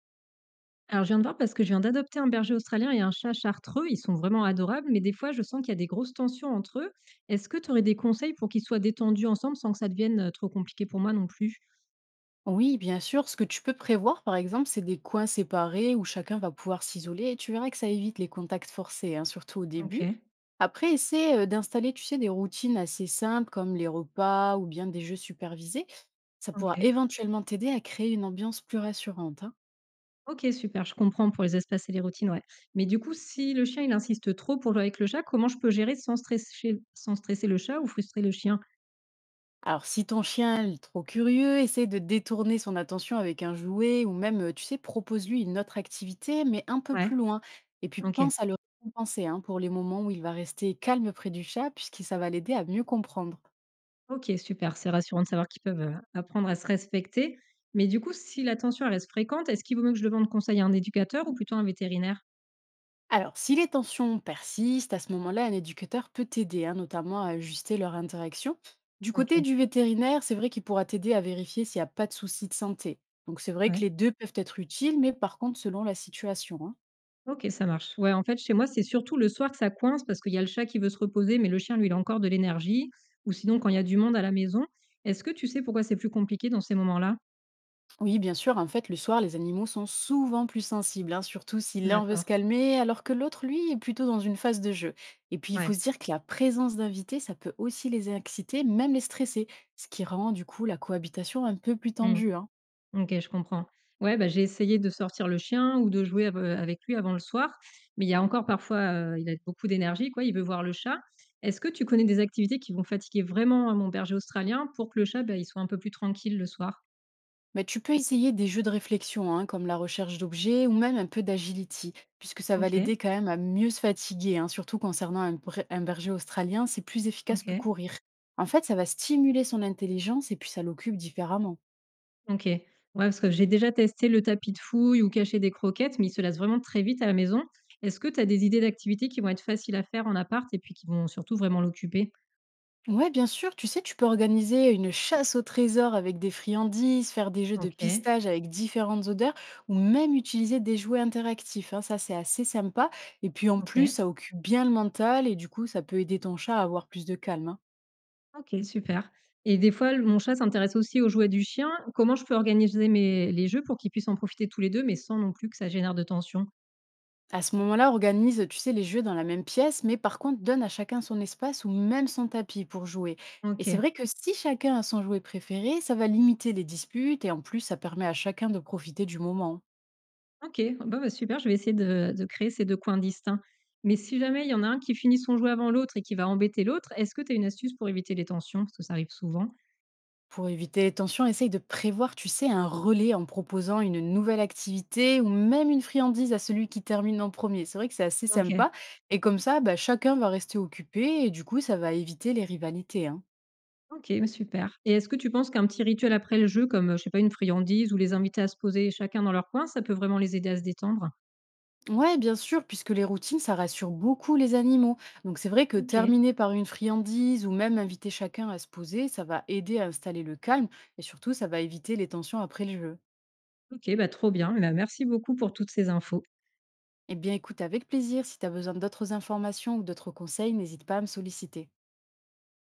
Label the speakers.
Speaker 1: Alors, je viens de voir parce que je viens d'adopter un berger australien et un chat chartreux. Ils sont vraiment adorables, mais des fois, je sens qu'il y a des grosses tensions entre eux. Est-ce que tu aurais des conseils pour qu'ils soient détendus ensemble sans que ça devienne trop compliqué pour moi non plus?
Speaker 2: Oui, bien sûr. Ce que tu peux prévoir, par exemple, c'est des coins séparés où chacun va pouvoir s'isoler et tu verras que ça évite les contacts forcés, hein, surtout au
Speaker 1: Ok,
Speaker 2: début. Après, essaie d'installer, tu sais, des routines assez simples comme les repas ou bien des jeux supervisés. Ça
Speaker 1: ok.
Speaker 2: pourra éventuellement t'aider à créer une ambiance plus rassurante, hein.
Speaker 1: Ok, super, je comprends pour les espaces et les routines, ouais. Mais du coup, si le chien, il insiste trop pour jouer avec le chat, comment je peux gérer sans stresser le chat ou frustrer le chien?
Speaker 2: Alors, si ton chien est trop curieux, essaie de détourner son attention avec un jouet ou même, tu sais, propose-lui une autre activité, mais un peu
Speaker 1: Ouais,
Speaker 2: plus loin. Et puis,
Speaker 1: ok.
Speaker 2: pense à le récompenser, hein, pour les moments où il va rester calme près du chat, puisque ça va l'aider à mieux comprendre.
Speaker 1: OK, super, c'est rassurant de savoir qu'ils peuvent, apprendre à se respecter. Mais du coup, si la tension elle reste fréquente, est-ce qu'il vaut mieux que je demande conseil à un éducateur ou plutôt à un vétérinaire?
Speaker 2: Alors, si les tensions persistent, à ce moment-là, un éducateur peut t'aider, hein, notamment à ajuster leur interaction. Du côté
Speaker 1: OK,
Speaker 2: du vétérinaire, c'est vrai qu'il pourra t'aider à vérifier s'il n'y a pas de souci de santé. Donc, c'est vrai que
Speaker 1: ouais.
Speaker 2: les deux peuvent être utiles, mais par contre, selon la situation, hein.
Speaker 1: OK, ça marche. Ouais, en fait, chez moi, c'est surtout le soir que ça coince parce qu'il y a le chat qui veut se reposer, mais le chien, lui, il a encore de l'énergie ou sinon quand il y a du monde à la maison. Est-ce que tu sais pourquoi c'est plus compliqué dans ces moments-là?
Speaker 2: Oui, bien sûr, en fait, le soir, les animaux sont souvent plus sensibles, hein, surtout si l'un veut se
Speaker 1: D'accord,
Speaker 2: calmer, alors que l'autre, lui, est plutôt dans une phase de jeu. Et puis, il
Speaker 1: ouais.
Speaker 2: faut se dire que la présence d'invités, ça peut aussi les exciter, même les stresser, ce qui rend, du coup, la cohabitation un peu plus
Speaker 1: Mmh.
Speaker 2: tendue, hein.
Speaker 1: OK, je comprends. Ouais, bah, j'ai essayé de sortir le chien ou de jouer av avec lui avant le soir, mais il y a encore parfois, il a beaucoup d'énergie, quoi, il veut voir le chat. Est-ce que tu connais des activités qui vont fatiguer vraiment, hein, mon berger australien pour que le chat, bah, il soit un peu plus tranquille le soir?
Speaker 2: Mais tu peux essayer des jeux de réflexion, hein, comme la recherche d'objets ou même un peu d'agility, puisque ça va
Speaker 1: OK,
Speaker 2: l'aider quand même à mieux se fatiguer, hein, surtout concernant un berger australien, c'est plus efficace que
Speaker 1: OK,
Speaker 2: courir. En fait, ça va stimuler son intelligence et puis ça l'occupe différemment.
Speaker 1: OK. Ouais, parce que j'ai déjà testé le tapis de fouille ou cacher des croquettes, mais il se lasse vraiment très vite à la maison. Est-ce que tu as des idées d'activités qui vont être faciles à faire en appart et puis qui vont surtout vraiment l'occuper?
Speaker 2: Ouais, bien sûr, tu sais, tu peux organiser une chasse au trésor avec des friandises, faire des jeux de
Speaker 1: OK,
Speaker 2: pistage avec différentes odeurs ou même utiliser des jouets interactifs, hein. Ça, c'est assez sympa. Et puis en plus,
Speaker 1: OK.
Speaker 2: ça occupe bien le mental et du coup, ça peut aider ton chat à avoir plus de calme, hein.
Speaker 1: OK, super, et des fois, le mon chat s'intéresse aussi aux jouets du chien. Comment je peux organiser mes les jeux pour qu'ils puissent en profiter tous les 2, mais sans non plus que ça génère de tension?
Speaker 2: À ce moment-là, organise, tu sais, les jeux dans la même pièce, mais par contre, donne à chacun son espace ou même son tapis pour jouer. Et c'est
Speaker 1: OK,
Speaker 2: vrai que si chacun a son jouet préféré, ça va limiter les disputes et en plus, ça permet à chacun de profiter du moment.
Speaker 1: OK, bah, bah, super, je vais essayer de créer ces 2 coins distincts. Mais si jamais il y en a un qui finit son jouet avant l'autre et qui va embêter l'autre, est-ce que tu as une astuce pour éviter les tensions? Parce que ça arrive souvent.
Speaker 2: Pour éviter les tensions, essaye de prévoir, tu sais, un relais en proposant une nouvelle activité ou même une friandise à celui qui termine en premier. C'est vrai que c'est assez
Speaker 1: OK,
Speaker 2: sympa. Et comme ça, bah, chacun va rester occupé et du coup, ça va éviter les rivalités, hein.
Speaker 1: OK, mais super, et est-ce que tu penses qu'un petit rituel après le jeu comme, je sais pas, une friandise ou les inviter à se poser chacun dans leur coin, ça peut vraiment les aider à se détendre?
Speaker 2: Ouais, bien sûr, puisque les routines, ça rassure beaucoup les animaux. Donc c'est vrai que
Speaker 1: OK,
Speaker 2: terminer par une friandise ou même inviter chacun à se poser, ça va aider à installer le calme et surtout, ça va éviter les tensions après le jeu.
Speaker 1: OK, bah, trop bien, bah, merci beaucoup pour toutes ces infos.
Speaker 2: Eh bien écoute, avec plaisir, si tu as besoin d'autres informations ou d'autres conseils, n'hésite pas à me solliciter.